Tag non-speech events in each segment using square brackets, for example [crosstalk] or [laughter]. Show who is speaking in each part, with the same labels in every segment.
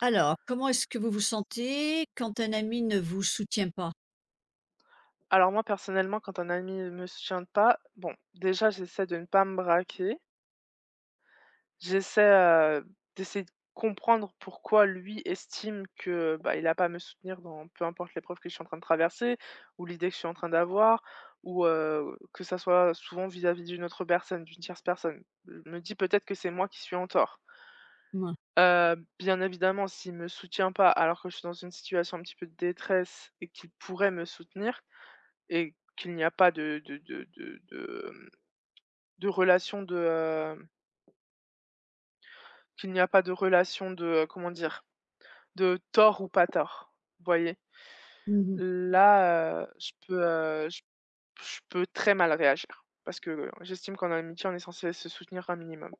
Speaker 1: Alors, comment est-ce que vous vous sentez quand un ami ne vous soutient pas?
Speaker 2: Alors moi, personnellement, quand un ami me soutient pas, bon, déjà, j'essaie de ne pas me braquer. J'essaie, d'essayer de comprendre pourquoi lui estime que, bah, il n'a pas à me soutenir dans peu importe l'épreuve que je suis en train de traverser ou l'idée que je suis en train d'avoir ou, que ça soit souvent vis-à-vis d'une autre personne, d'une tierce personne. Je me dis peut-être que c'est moi qui suis en tort.
Speaker 1: Mouais.
Speaker 2: Bien évidemment, s'il me soutient pas alors que je suis dans une situation un petit peu de détresse et qu'il pourrait me soutenir, et qu'il n'y a pas de relation de, qu'il n'y a pas de relation de, comment dire? De tort ou pas tort, vous voyez?
Speaker 1: Mmh mh.
Speaker 2: Là, je peux, je peux très mal réagir parce que, j'estime qu'en amitié, on est censé se soutenir un minimum.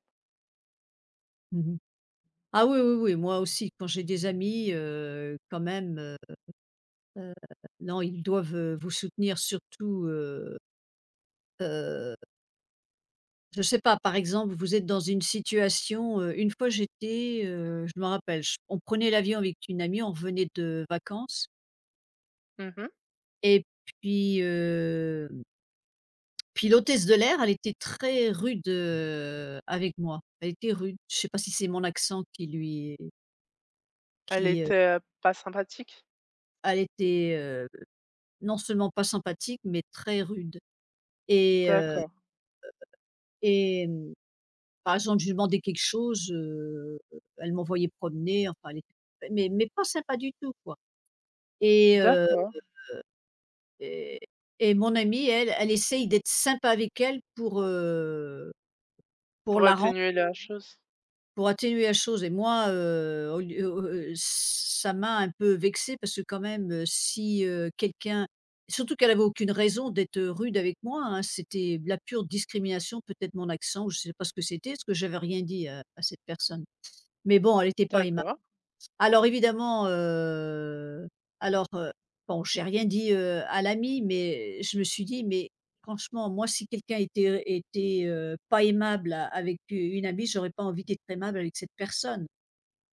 Speaker 1: Mmh. Ah oui, oui, oui, moi aussi, quand j'ai des amis, quand même, heu, non, ils doivent, vous soutenir surtout, heu, je ne sais pas, par exemple, vous êtes dans une situation, une fois j'étais, je me rappelle, je on prenait l'avion avec une amie, on revenait de vacances
Speaker 2: Mmh.
Speaker 1: et puis, Puis l'hôtesse de l'air, elle était très rude, avec moi. Elle était rude. Je sais pas si c'est mon accent qui lui
Speaker 2: Elle
Speaker 1: qui, heu
Speaker 2: était, pas sympathique?
Speaker 1: elle était, non seulement pas sympathique, mais très rude et
Speaker 2: D'accord,
Speaker 1: et mmh, par exemple, je lui demandais quelque chose, elle m'envoyait promener, enfin elle était mais pas sympa du tout, quoi et
Speaker 2: d'accord.
Speaker 1: et et mon amie, elle, elle essaye d'être sympa avec elle pour
Speaker 2: Pour
Speaker 1: la rendre.
Speaker 2: atténuer la chose?
Speaker 1: Pour atténuer la chose et moi, au lieu au ça m'a un peu vexée parce que quand même, si, quelqu'un surtout qu'elle avait aucune raison d'être, rude avec moi, hein. C'était de la pure discrimination, peut-être mon accent ou je ne sais pas ce que c'était, parce que j'avais rien dit à cette personne. Mais bon, elle n'était pas aima
Speaker 2: D'accord.
Speaker 1: alors évidemment, alors, heu, bon, j'ai rien dit, à l'ami, mais je me suis dit: «Mais franchement, moi, si quelqu'un était, pas aimable a avec u une amie, j'aurais pas envie d'être aimable avec cette personne».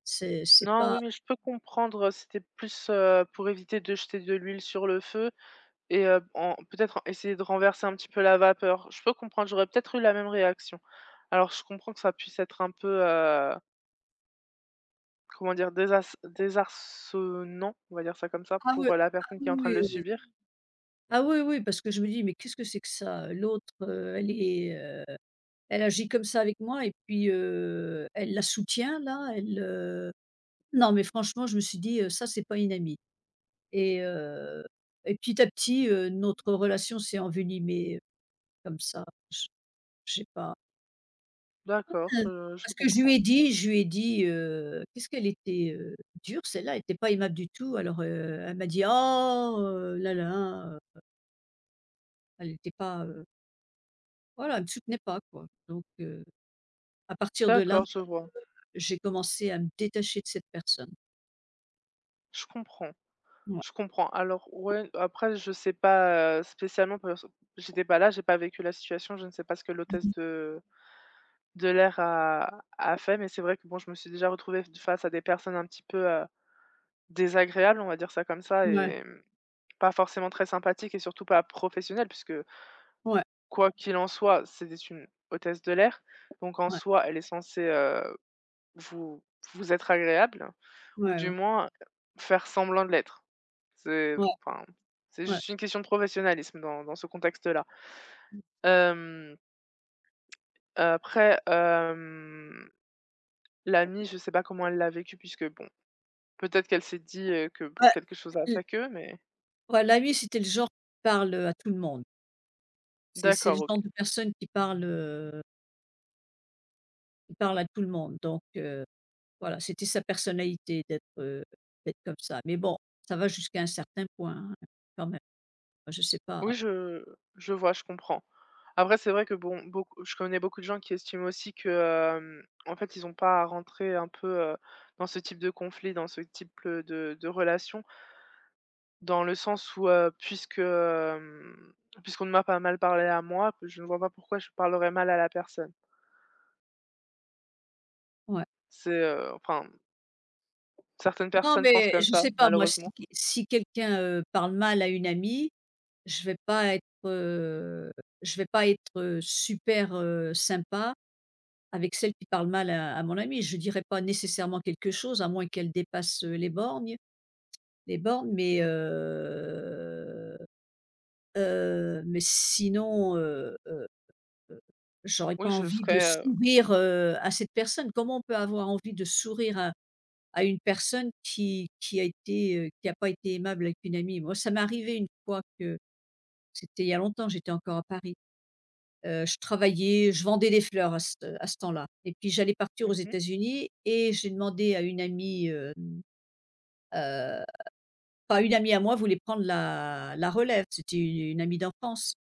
Speaker 1: C'est
Speaker 2: Non,
Speaker 1: pas
Speaker 2: oui, mais je peux comprendre, c'était plus, pour éviter de jeter de l'huile sur le feu. Et en peut-être essayer de renverser un petit peu la vapeur. Je peux comprendre, j'aurais peut-être eu la même réaction. Alors je comprends que ça puisse être un peu, comment dire? Désas Désarçonnant, on va dire ça comme ça,
Speaker 1: ah oui,
Speaker 2: pour la
Speaker 1: ah
Speaker 2: personne qui est en train de
Speaker 1: oui,
Speaker 2: le
Speaker 1: oui, oui.
Speaker 2: subir.
Speaker 1: Ah oui, oui, parce que je me dis: «Mais qu'est-ce que c'est que ça? L'autre, elle est, elle agit comme ça avec moi et puis, elle la soutient là, elle, heu». Non, mais franchement, je me suis dit: «Ça, c'est pas une amie». Et et petit à petit, notre relation s'est envenimée comme ça. Je je sais pas.
Speaker 2: D'accord,
Speaker 1: Euh,
Speaker 2: je
Speaker 1: parce que
Speaker 2: comprends.
Speaker 1: je lui ai dit, qu'est-ce qu'elle était, dure celle-là, elle était pas aimable du tout. Alors, elle m'a dit: «Oh, là là», elle était pas, voilà, elle ne me soutenait pas quoi. Donc, à partir de là,
Speaker 2: D'accord, je vois.
Speaker 1: j'ai commencé à me détacher de cette personne.
Speaker 2: Je comprends,
Speaker 1: Ouais.
Speaker 2: je comprends. Alors ouais, après je sais pas, spécialement parce que j'étais pas là, j'ai pas vécu la situation, je ne sais pas ce que l'hôtesse de l'air a a fait, mais c'est vrai que bon, je me suis déjà retrouvée face à des personnes un petit peu, désagréable, on va dire ça comme ça
Speaker 1: Ouais,
Speaker 2: et mmh, pas forcément très sympathique et surtout pas professionnelle puisque
Speaker 1: ouais,
Speaker 2: quoi qu'il en soit, c'était une hôtesse de l'air, donc en
Speaker 1: ouais,
Speaker 2: soi, elle est censée, vous vous être agréable ou
Speaker 1: ouais,
Speaker 2: du
Speaker 1: ouais,
Speaker 2: moins faire semblant de l'être. C'est
Speaker 1: ouais,
Speaker 2: enfin, c'est
Speaker 1: ouais.
Speaker 2: juste une question de professionnalisme dans dans ce contexte-là. Hem, après, l'amie, je sais pas comment elle l'a vécu puisque bon, peut-être qu'elle s'est dit, que bon
Speaker 1: Ouais,
Speaker 2: quelque chose a
Speaker 1: l
Speaker 2: fait que mais
Speaker 1: ouais, l'ami, c'était le genre qui parle, à tout le monde. C'est le
Speaker 2: d'accord, OK.
Speaker 1: genre de personne qui parle à tout le monde donc voilà, c'était sa personnalité d'être, d'être comme ça. Mais bon, ça va jusqu'à un certain point, hein, quand même. Moi, je sais pas.
Speaker 2: Oui, je vois, je comprends. Après, c'est vrai que bon, beaucoup je connais beaucoup de gens qui estiment aussi que, en fait, ils n'ont pas à rentrer un peu, heu, dans ce type de conflit, dans ce type, de relation, dans le sens où, puisque, puisqu'on ne m'a pas mal parlé à moi, je ne vois pas pourquoi je parlerais mal à la personne.
Speaker 1: Ouais.
Speaker 2: C'est, enfin, certaines
Speaker 1: Non,
Speaker 2: personnes pensent
Speaker 1: mais
Speaker 2: comme
Speaker 1: je
Speaker 2: ça,
Speaker 1: sais pas moi si
Speaker 2: malheureusement.
Speaker 1: quelqu'un, parle mal à une amie, je vais pas être, heu, je vais pas être, super, sympa avec celle qui parle mal à mon amie. Je dirais pas nécessairement quelque chose à moins qu'elle dépasse, les bornes
Speaker 2: Mmh.
Speaker 1: mais sinon, j'aurais
Speaker 2: Oui,
Speaker 1: pas
Speaker 2: je
Speaker 1: envie de
Speaker 2: serais,
Speaker 1: sourire, à cette personne. Comment on peut avoir envie de sourire à une personne qui a été, qui a pas été aimable avec une amie? Moi, ça m'est arrivé une fois que c'était il y a longtemps, j'étais encore à Paris. Je travaillais, je vendais des fleurs à cette à ce temps-là et puis j'allais partir aux
Speaker 2: mmh
Speaker 1: États-Unis et j'ai demandé à une amie, heu, enfin une amie à moi voulait prendre la relève, c'était une amie d'enfance.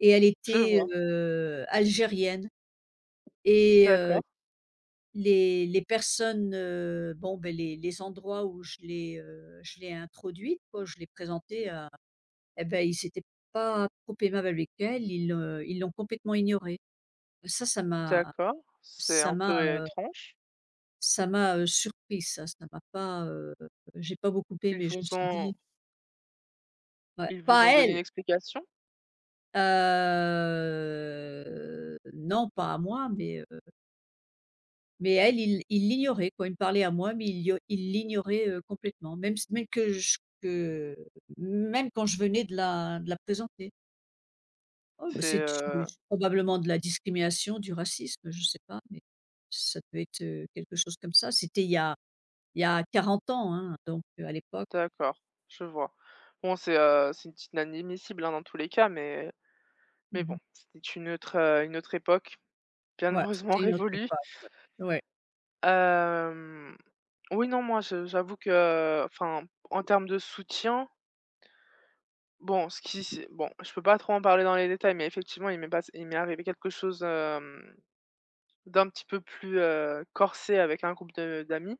Speaker 1: Et elle
Speaker 2: je
Speaker 1: était,
Speaker 2: vois.
Speaker 1: algérienne et
Speaker 2: D'accord,
Speaker 1: les personnes, bon, ben les endroits où je l'ai introduite, quoi, je l'ai présentée à eh ben ils s'étaient pas trop aimables avec elle, ils, ils l'ont complètement ignorée. Ça, ça m'a
Speaker 2: d'accord. C'est
Speaker 1: ça
Speaker 2: un
Speaker 1: m'a
Speaker 2: peu étrange.
Speaker 1: ça m'a, surpris ça, ça m'a pas, j'ai pas beaucoup
Speaker 2: Ils
Speaker 1: aimé. Je me
Speaker 2: vous
Speaker 1: suis dit
Speaker 2: ont
Speaker 1: ouais,
Speaker 2: Ils vous
Speaker 1: pas à
Speaker 2: ont donné une
Speaker 1: elle,
Speaker 2: explication?
Speaker 1: non, pas à moi, mais elle, il l'ignorait quoi. Il me parlait à moi, mais il l'ignorait, complètement. Même s même que je que Même quand je venais de la présenter. Oh bah,
Speaker 2: C'est,
Speaker 1: c'est du probablement de la discrimination, du racisme, je sais pas, mais ça peut être, quelque chose comme ça. C'était il y a Il y a 40 ans, hein, donc à l'époque.
Speaker 2: d'accord, je vois. Bon, c'est inadmissible, hein, dans tous les cas, mais bon,
Speaker 1: Mmh.
Speaker 2: c'était une autre époque, bien
Speaker 1: Ouais,
Speaker 2: heureusement
Speaker 1: c'était une autre
Speaker 2: révolue.
Speaker 1: époque. Ouais.
Speaker 2: Hem, oui, non, moi, je j'avoue que enfin, en termes de soutien, bon, ce qui s'est bon, je peux pas trop en parler dans les détails, mais effectivement, il m'est pas il m'est arrivé quelque chose, d'un petit peu plus, corsé avec un groupe de d'amis.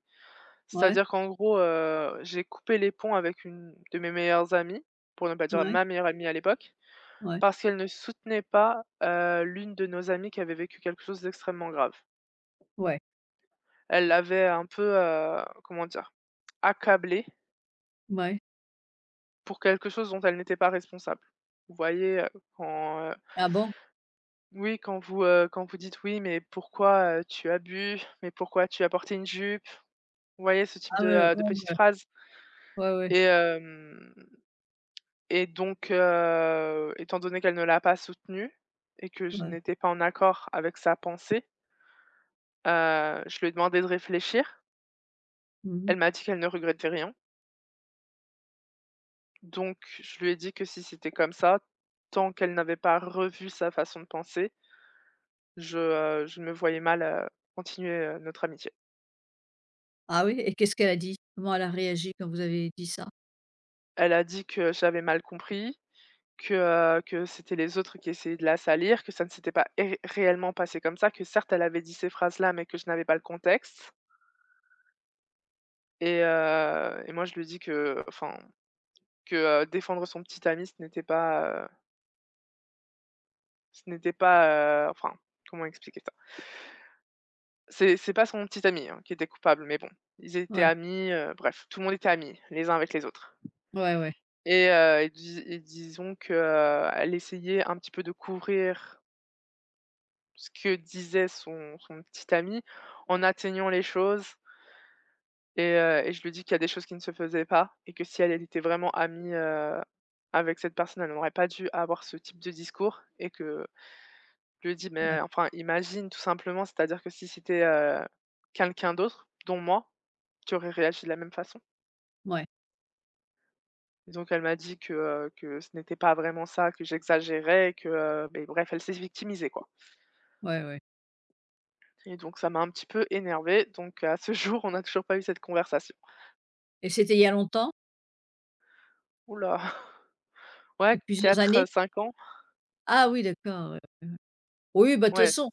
Speaker 1: Ouais,
Speaker 2: C'est-à-dire qu'en gros, j'ai coupé les ponts avec une de mes meilleures amies, pour ne pas dire
Speaker 1: ouais,
Speaker 2: ma meilleure amie à l'époque,
Speaker 1: ouais,
Speaker 2: parce qu'elle ne soutenait pas, l'une de nos amies qui avait vécu quelque chose d'extrêmement grave.
Speaker 1: ouais,
Speaker 2: Elle l'avait un peu, comment dire? Accablée
Speaker 1: ouais.
Speaker 2: pour quelque chose dont elle n'était pas responsable. Vous voyez, quand,
Speaker 1: Ah bon?
Speaker 2: oui, quand vous dites: «Oui, mais pourquoi, tu as bu? Mais pourquoi tu as porté une jupe?» Vous voyez ce type
Speaker 1: Ah ouais, ouais,
Speaker 2: de petites
Speaker 1: ouais.
Speaker 2: phrases.
Speaker 1: Ouais, ouais,
Speaker 2: et hem Et donc, étant donné qu'elle ne l'a pas soutenue et que je
Speaker 1: ouais.
Speaker 2: n'étais pas en accord avec sa pensée, je lui ai demandé de réfléchir. Elle
Speaker 1: Mmh.
Speaker 2: m'a dit qu'elle ne regrettait rien. Donc je lui ai dit que si c'était comme ça, tant qu'elle n'avait pas revu sa façon de penser, je me voyais mal, continuer, notre amitié.
Speaker 1: Ah oui? Et qu'est-ce qu'elle a dit? Comment elle a réagi quand vous avez dit ça?
Speaker 2: Elle a dit que j'avais mal compris, que, que c'était les autres qui essayaient de la salir, que ça ne s'était pas é réellement passé comme ça, que certes elle avait dit ces phrases-là, mais que je n'avais pas le contexte. Et moi je lui dis que enfin, que, défendre son petit ami, ce n'était pas, enfin, comment expliquer ça? C'est pas son petit ami, hein, qui était coupable, mais bon, ils étaient
Speaker 1: Ouais,
Speaker 2: amis, bref, tout le monde était amis, les uns avec les autres
Speaker 1: ouais, ouais,
Speaker 2: et disons qu'elle essayait un petit peu de couvrir ce que disait son son petit ami en atteignant les choses. Et je lui dis qu'il y a des choses qui ne se faisaient pas et que si elle elle était vraiment amie, avec cette personne, elle n'aurait pas dû avoir ce type de discours et que je lui dis:
Speaker 1: ouais,
Speaker 2: «Mais enfin imagine tout simplement, c'est-à-dire que si c'était, quelqu'un d'autre, dont moi, tu aurais réagi de la même façon».
Speaker 1: ouais,
Speaker 2: Et donc elle m'a dit que ce n'était pas vraiment ça, que j'exagérais que, beh, bref, elle s'est victimisée quoi
Speaker 1: ouais, ouais
Speaker 2: et donc ça m'a un petit peu énervée donc à ce [laughs] jour, on n'a toujours pas eu cette conversation.
Speaker 1: et c'était il y a longtemps?
Speaker 2: Oula, [laughs]
Speaker 1: Il
Speaker 2: ouais,
Speaker 1: y a plusieurs
Speaker 2: 4,
Speaker 1: années?
Speaker 2: 5 ans.
Speaker 1: Ah oui, d'accord, ouais, ouais, ouais. Oui, bah, de toute
Speaker 2: Ouais.
Speaker 1: façon,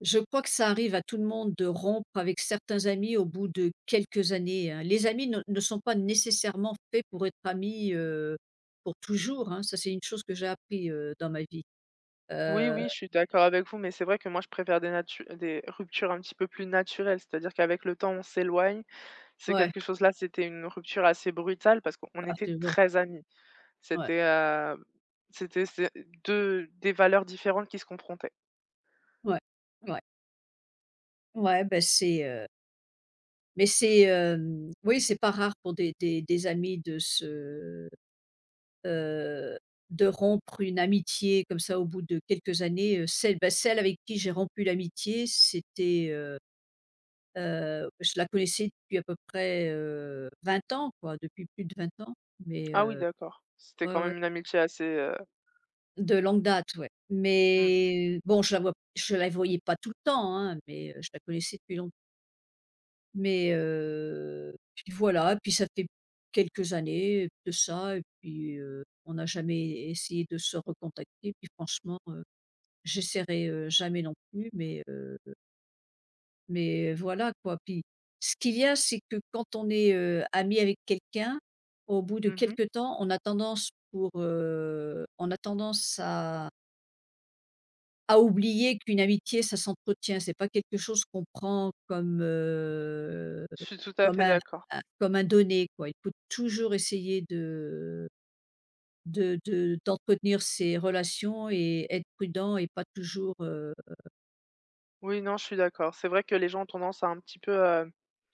Speaker 1: je crois que ça arrive à tout le monde de rompre avec certains amis au bout de quelques années, hein. Les amis ne sont pas nécessairement faits pour être amis, pour toujours, hein. Ça, c'est une chose que j'ai appris, dans ma vie.
Speaker 2: Oui,
Speaker 1: Heu,
Speaker 2: oui, je suis d'accord avec vous, mais c'est vrai que moi je préfère des ruptures un petit peu plus naturelles, c'est-à-dire qu'avec le temps on s'éloigne. C'est
Speaker 1: ouais,
Speaker 2: quelque chose là, c'était une rupture assez brutale parce qu'on
Speaker 1: ah
Speaker 2: était
Speaker 1: c'est ouais,
Speaker 2: très amis.
Speaker 1: ouais,
Speaker 2: C'était, c'est 2 des valeurs différentes qui se confrontaient.
Speaker 1: ouais, ouais, ouais, bah, mais c'est, oui, c'est pas rare pour des amis de se heu, de rompre une amitié comme ça au bout de quelques années, celle avec qui j'ai rompu l'amitié, je la connaissais depuis à peu près, 20 ans quoi, depuis plus de 20 ans, mais
Speaker 2: Ah oui, d'accord. C'était
Speaker 1: ouais,
Speaker 2: quand
Speaker 1: ouais,
Speaker 2: même une amitié assez,
Speaker 1: de longue date, ouais.
Speaker 2: mmh.
Speaker 1: Mais bon, je la voyais pas tout le temps, hein, mais je la connaissais depuis longtemps. Mais puis voilà, puis ça fait quelques années de ça et puis, on n'a jamais essayé de se recontacter, puis franchement, j'essaierai, jamais non plus, mais voilà quoi. Puis ce qu'il y a, c'est que quand on est, ami avec quelqu'un, au bout de
Speaker 2: Mmh.
Speaker 1: quelque temps, on a tendance à oublier qu'une amitié, ça s'entretient. C'est pas quelque chose qu'on prend comme,
Speaker 2: Je suis tout à
Speaker 1: comme
Speaker 2: fait
Speaker 1: un
Speaker 2: d'accord.
Speaker 1: un donné quoi. Il faut toujours essayer de d'entretenir ses relations et être prudent et pas toujours,
Speaker 2: Oui, non, je suis d'accord. C'est vrai que les gens ont tendance à un petit peu,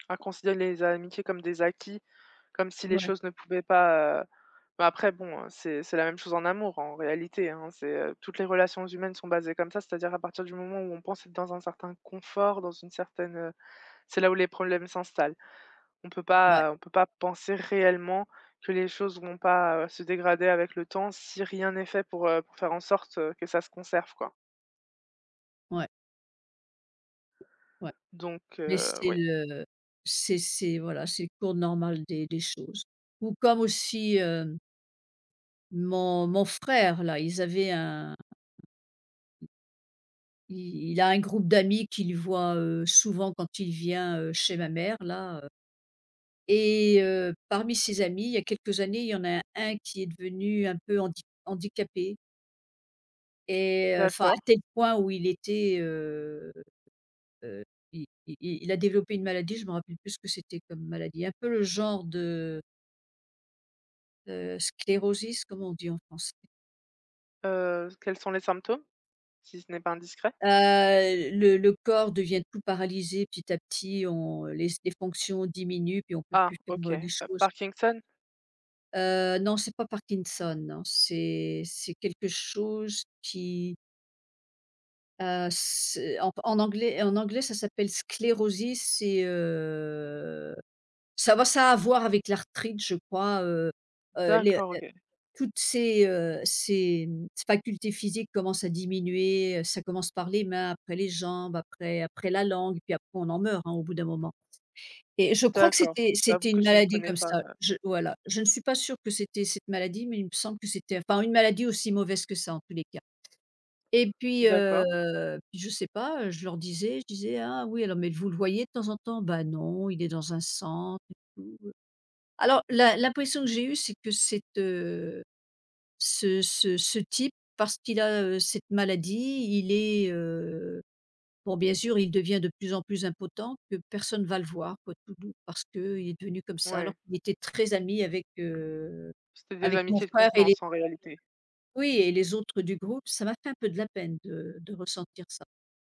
Speaker 2: à considérer les amitiés comme des acquis, comme si les
Speaker 1: ouais,
Speaker 2: choses ne pouvaient pas, bah, après bon, c'est la même chose en amour en réalité, hein. C'est, toutes les relations humaines sont basées comme ça, c'est-à-dire à partir du moment où on pense être dans un certain confort, dans une certaine, c'est là où les problèmes s'installent.
Speaker 1: ouais,
Speaker 2: On peut pas penser réellement que les choses vont pas, se dégrader avec le temps si rien n'est fait pour faire en sorte, que ça se conserve, quoi.
Speaker 1: ouais, ouais.
Speaker 2: Donc
Speaker 1: Mais c'est
Speaker 2: oui,
Speaker 1: le c'est voilà, c'est le cours normal des choses. Ou comme aussi, mon frère là, ils avaient un il a un groupe d'amis qu'il voit, souvent quand il vient, chez ma mère là, et parmi ses amis, il y a quelques années, il y en a un qui est devenu un peu handicapé et enfin
Speaker 2: d'accord.
Speaker 1: à tel point où il était, heu, il il il a développé une maladie, je me rappelle plus ce que c'était comme maladie. Un peu le genre de… sclérosis, comment on dit en français?
Speaker 2: Quels sont les symptômes? Si ce n'est pas indiscret?
Speaker 1: Le corps devient tout paralysé petit à petit, on les fonctions diminuent puis on peut
Speaker 2: Ah
Speaker 1: plus faire,
Speaker 2: OK,
Speaker 1: des choses.
Speaker 2: Parkinson?
Speaker 1: Non, c'est pas Parkinson, non, c'est quelque chose c'est en anglais ça s'appelle sclérosis, ça va ça a à voir avec l'arthrite je crois, les
Speaker 2: D'accord, OK.
Speaker 1: toutes ces, ces, mmh, facultés physiques commencent à diminuer, ça commence par les mains, après les jambes, après la langue, puis après on en meurt, hein, au bout d'un moment et je crois que
Speaker 2: D'accord, j'avoue
Speaker 1: c'était une
Speaker 2: que je ne
Speaker 1: maladie
Speaker 2: connais
Speaker 1: comme
Speaker 2: pas.
Speaker 1: ça. Je voilà, je ne suis pas sûre que c'était cette maladie, mais il me semble que c'était enfin une maladie aussi mauvaise que ça en tous les cas et puis,
Speaker 2: D'accord,
Speaker 1: puis je sais pas, je leur disais, je disais: «Ah oui, alors mais vous le voyez de temps en temps?» «Bah non, il est dans un centre et tout». Alors la l'impression que j'ai eue, c'est que cette, ce ce ce type parce qu'il a, cette maladie, il est, heu bon bien sûr il devient de plus en plus impotent que personne va le voir quoi, tout doux parce qu'il est devenu comme ça alors
Speaker 2: ouais.
Speaker 1: qu'il était très ami avec,
Speaker 2: C'était des
Speaker 1: avec mon
Speaker 2: amitiés de
Speaker 1: frère et les
Speaker 2: contenance en réalité.
Speaker 1: oui et les autres du groupe. Ça m'a fait un peu de la peine de ressentir ça.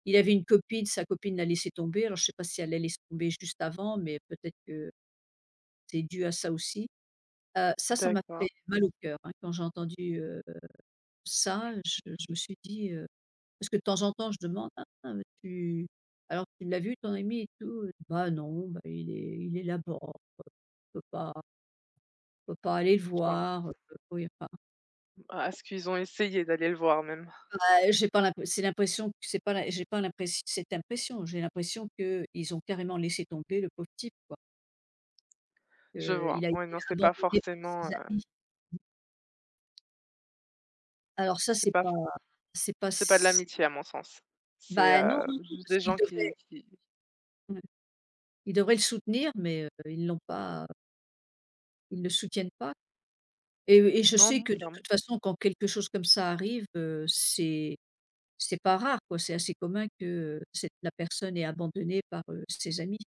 Speaker 1: Il avait une copine, sa copine l'a laissé tomber alors je sais pas si elle l'a laissé tomber juste avant mais peut-être que c'est dû à ça aussi. Ça, ça m'a
Speaker 2: D'accord.
Speaker 1: fait mal au cœur, hein, quand j'ai entendu, ça, je me suis dit, parce que de temps en temps, je demande: «Ah, tu alors tu l'as vu ton ami et tout?» «Bah non, bah il est là-bas, je peux pas je peux pas aller le
Speaker 2: Enfin,
Speaker 1: voir». Oui, enfin,
Speaker 2: à ce qu'ils ont essayé d'aller le voir même.
Speaker 1: bah, j'ai pas l'imp c'est l'impression que c'est pas la j'ai pas cette impression. J'ai l'impression que ils ont carrément laissé tomber le pauvre type quoi,
Speaker 2: Je
Speaker 1: que
Speaker 2: vois.
Speaker 1: il a
Speaker 2: Ouais,
Speaker 1: été
Speaker 2: non, c'est pas
Speaker 1: abandonné par
Speaker 2: forcément,
Speaker 1: ses amis. Alors ça,
Speaker 2: c'est
Speaker 1: c'est
Speaker 2: pas
Speaker 1: pas c'est pas
Speaker 2: c'est pas de
Speaker 1: c'est
Speaker 2: l'amitié à mon sens. C'est,
Speaker 1: bah non, non, non,
Speaker 2: juste
Speaker 1: parce
Speaker 2: des
Speaker 1: qu'ils
Speaker 2: gens
Speaker 1: devraient
Speaker 2: qui
Speaker 1: ouais, ils devraient le soutenir mais, ils ne le soutiennent pas. Et je
Speaker 2: non,
Speaker 1: sais
Speaker 2: non,
Speaker 1: que de
Speaker 2: clairement.
Speaker 1: toute façon, quand quelque chose comme ça arrive, c'est pas rare quoi, c'est assez commun que, cette la personne est abandonnée par, ses amis.